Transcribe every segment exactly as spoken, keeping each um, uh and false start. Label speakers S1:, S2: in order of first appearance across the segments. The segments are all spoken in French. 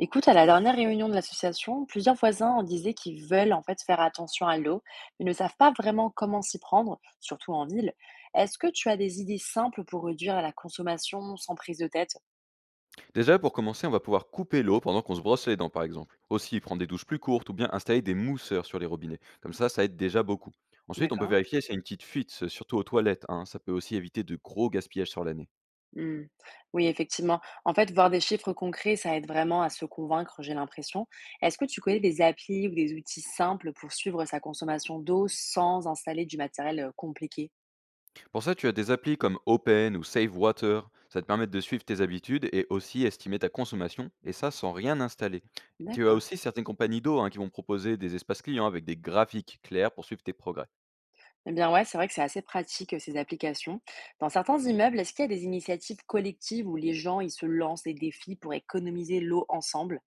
S1: Écoute, à la dernière réunion de l'association, plusieurs voisins en disaient qu'ils veulent en fait faire attention à l'eau, mais ne savent pas vraiment comment s'y prendre, surtout en ville. Est-ce que tu as des idées simples pour réduire la consommation sans prise de tête?
S2: Déjà, pour commencer, on va pouvoir couper l'eau pendant qu'on se brosse les dents, par exemple. Aussi, prendre des douches plus courtes ou bien installer des mousseurs sur les robinets. Comme ça, ça aide déjà beaucoup. Ensuite, on peut
S1: D'accord.
S2: vérifier s'il y a une petite fuite, ce- surtout aux toilettes, hein. Ça peut aussi éviter de gros gaspillages sur l'année.
S1: Hmm. Oui, effectivement. En fait, voir des chiffres concrets, ça aide vraiment à se convaincre, j'ai l'impression. Est-ce que tu connais des applis ou des outils simples pour suivre sa consommation d'eau sans installer du matériel euh, compliqué?
S2: Pour ça, tu as des applis comme Open ou Save Water. Ça te permet de suivre tes habitudes et aussi estimer ta consommation, et ça sans rien installer. Tu as
S1: D'accord.
S2: aussi certaines compagnies d'eau, hein, qui vont proposer des espaces clients avec des graphiques clairs pour suivre tes progrès.
S1: Eh bien ouais, c'est vrai que c'est assez pratique euh, ces applications. Dans certains immeubles, est-ce qu'il y a des initiatives collectives où les gens ils se lancent des défis pour économiser l'eau ensemble?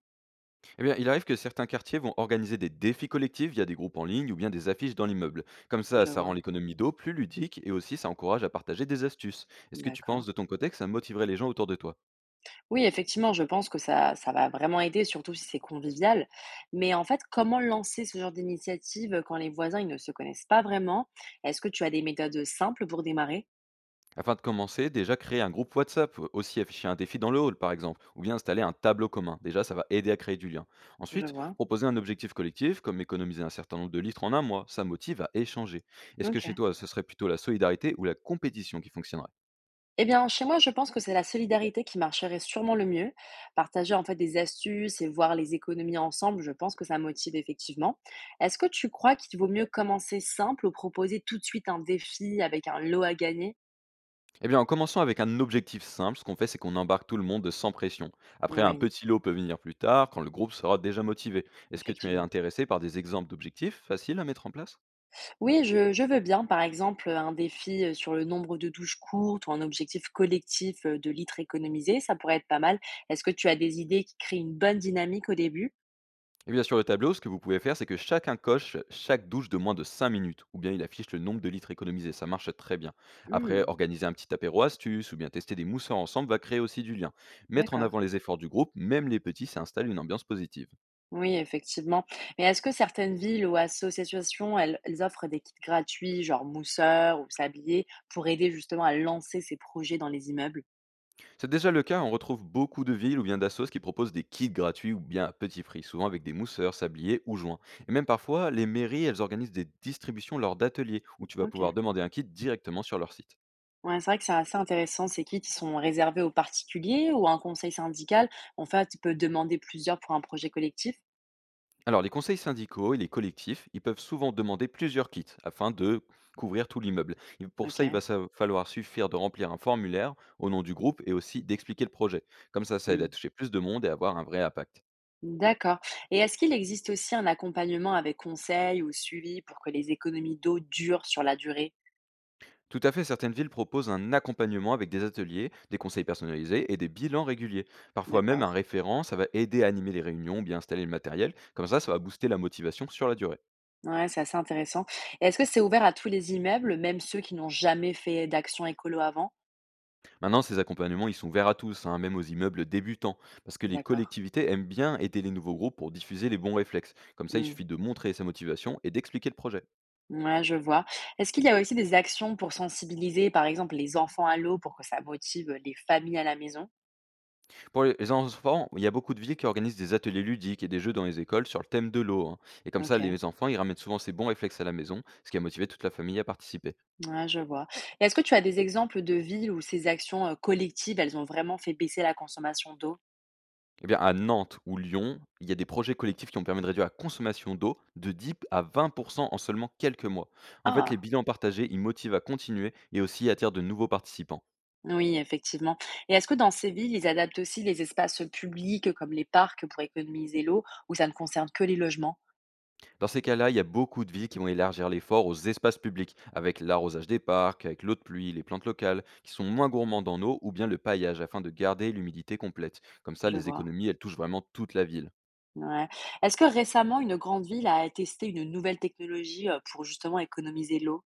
S2: Eh bien, il arrive que certains quartiers vont organiser des défis collectifs via des groupes en ligne ou bien des affiches dans l'immeuble. Comme ça,
S1: Je
S2: ça rend
S1: vois,
S2: l'économie d'eau plus ludique et aussi ça encourage à partager des astuces. Est-ce que tu
S1: d'accord.
S2: penses de ton côté que ça motiverait les gens autour de toi?
S1: Oui, effectivement, je pense que ça, ça va vraiment aider, surtout si c'est convivial. Mais en fait, comment lancer ce genre d'initiative euh, quand les voisins ils ne se connaissent pas vraiment? Est-ce que tu as des méthodes euh, simples pour démarrer?
S2: Afin de commencer, déjà créer un groupe WhatsApp, ou aussi afficher un défi dans le hall par exemple, ou bien installer un tableau commun. Déjà, ça va aider à créer du lien.
S1: Je
S2: Ensuite,
S1: vois.
S2: proposer un objectif collectif, comme économiser un certain nombre de litres en un mois, ça motive à échanger. Est-ce que
S1: Ok.
S2: chez toi, ce serait plutôt la solidarité ou la compétition qui fonctionnerait?
S1: Eh bien, chez moi, je pense que c'est la solidarité qui marcherait sûrement le mieux. Partager en fait des astuces et voir les économies ensemble, je pense que ça motive effectivement. Est-ce que tu crois qu'il vaut mieux commencer simple ou proposer tout de suite un défi avec un lot à gagner?
S2: Eh bien, en commençant avec un objectif simple, ce qu'on fait, c'est qu'on embarque tout le monde sans pression. Après, un
S1: Oui,
S2: petit lot peut venir plus tard, quand le groupe sera déjà motivé. Est-ce que tu es
S1: effectivement.
S2: intéressé par des exemples d'objectifs faciles à mettre en place?
S1: Oui, je, je veux bien, par exemple, un défi euh, sur le nombre de douches courtes ou un objectif collectif euh, de litres économisés, ça pourrait être pas mal. Est-ce que tu as des idées qui créent une bonne dynamique au début?
S2: Eh bien, sur le tableau, ce que vous pouvez faire, c'est que chacun coche chaque douche de moins de cinq minutes, ou bien il affiche le nombre de litres économisés, ça marche très bien. Après,
S1: Hmm,
S2: organiser un petit apéro astuce, ou bien tester des mousseurs ensemble va créer aussi du lien. Mettre en
S1: d'accord.
S2: avant les efforts du groupe, même les petits, ça installe une ambiance positive.
S1: Oui, effectivement. Mais est-ce que certaines villes ou associations, elles, elles offrent des kits gratuits, genre mousseur ou sablier, pour aider justement à lancer ces projets dans les immeubles?
S2: C'est déjà le cas, on retrouve beaucoup de villes ou bien d'assos qui proposent des kits gratuits ou bien à petit prix, souvent avec des mousseurs, sabliers ou joints. Et même parfois, les mairies, elles organisent des distributions lors d'ateliers où tu vas
S1: Ok.
S2: pouvoir demander un kit directement sur leur site.
S1: Ouais, c'est vrai que c'est assez intéressant. Ces kits, ils sont réservés aux particuliers ou à un conseil syndical. En fait, tu peux demander plusieurs pour un projet collectif.
S2: Alors, les conseils syndicaux et les collectifs, ils peuvent souvent demander plusieurs kits afin de couvrir tout l'immeuble. Et pour
S1: Ok.
S2: ça, il va sa- falloir suffire de remplir un formulaire au nom du groupe et aussi d'expliquer le projet. Comme ça, ça aide à
S1: Hmm.
S2: toucher plus de monde et à avoir un vrai impact.
S1: D'accord. Et est-ce qu'il existe aussi un accompagnement avec conseil ou suivi pour que les économies d'eau durent sur la durée?
S2: Tout à fait, certaines villes proposent un accompagnement avec des ateliers, des conseils personnalisés et des bilans réguliers. Parfois même un
S1: D'accord.
S2: référent, ça va aider à animer les réunions, bien installer le matériel. Comme ça, ça va booster la motivation sur la durée.
S1: Ouais, c'est assez intéressant. Et est-ce que c'est ouvert à tous les immeubles, même ceux qui n'ont jamais fait d'action écolo avant?
S2: Maintenant, ces accompagnements, ils sont ouverts à tous, hein, même aux immeubles débutants, parce que les
S1: D'accord.
S2: collectivités aiment bien aider les nouveaux groupes pour diffuser les bons réflexes. Comme ça, il
S1: Hmm.
S2: suffit de montrer sa motivation et d'expliquer le projet.
S1: Ouais, je vois. Est-ce qu'il y a aussi des actions pour sensibiliser, par exemple, les enfants à l'eau pour que ça motive les familles à la maison?
S2: Pour les enfants, il y a beaucoup de villes qui organisent des ateliers ludiques et des jeux dans les écoles sur le thème de l'eau, hein. Et comme
S1: Ok,
S2: ça, les enfants, ils ramènent souvent ces bons réflexes à la maison, ce qui a motivé toute la famille à participer.
S1: ouais, je vois. Et est-ce que tu as des exemples de villes où ces actions euh, collectives, elles ont vraiment fait baisser la consommation d'eau?
S2: Eh bien, à Nantes ou Lyon, il y a des projets collectifs qui ont permis de réduire la consommation d'eau de dix à vingt pour cent en seulement quelques mois. En fait, les
S1: Ah,
S2: bilans partagés, ils motivent à continuer et aussi attirent de nouveaux participants.
S1: oui, effectivement. Et est-ce que dans ces villes, ils adaptent aussi les espaces publics comme les parcs pour économiser l'eau, ou ça ne concerne que les logements?
S2: Dans ces cas-là, il y a beaucoup de villes qui vont élargir l'effort aux espaces publics, avec l'arrosage des parcs, avec l'eau de pluie, les plantes locales, qui sont moins gourmandes en eau, ou bien le paillage, afin de garder l'humidité complète. Comme ça,
S1: Je
S2: les
S1: vois.
S2: économies, elles touchent vraiment toute la ville.
S1: Ouais. Est-ce que récemment, une grande ville a testé une nouvelle technologie euh, pour justement économiser l'eau?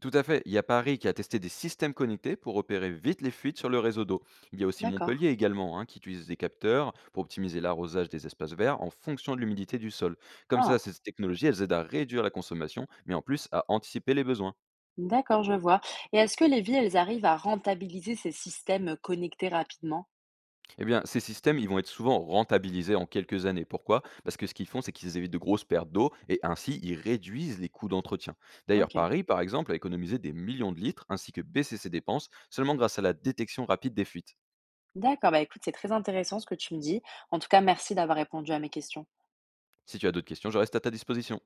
S2: Tout à fait. Il y a Paris qui a testé des systèmes connectés pour repérer vite les fuites sur le réseau d'eau. Il y a aussi
S1: D'accord.
S2: Montpellier également, hein, qui utilise des capteurs pour optimiser l'arrosage des espaces verts en fonction de l'humidité du sol. Comme
S1: Ah,
S2: ça, ces technologies, elles aident à réduire la consommation, mais en plus à anticiper les besoins.
S1: d'accord, je vois. Et est-ce que les villes, elles arrivent à rentabiliser ces systèmes connectés rapidement?
S2: Eh bien, ces systèmes, ils vont être souvent rentabilisés en quelques années. Pourquoi? Parce que ce qu'ils font, c'est qu'ils évitent de grosses pertes d'eau et ainsi, ils réduisent les coûts d'entretien. D'ailleurs,
S1: Ok.
S2: Paris, par exemple, a économisé des millions de litres ainsi que baissé ses dépenses seulement grâce à la détection rapide des fuites.
S1: D'accord. Bah écoute, c'est très intéressant ce que tu me dis. En tout cas, merci d'avoir répondu à mes questions.
S2: Si tu as d'autres questions, je reste à ta disposition.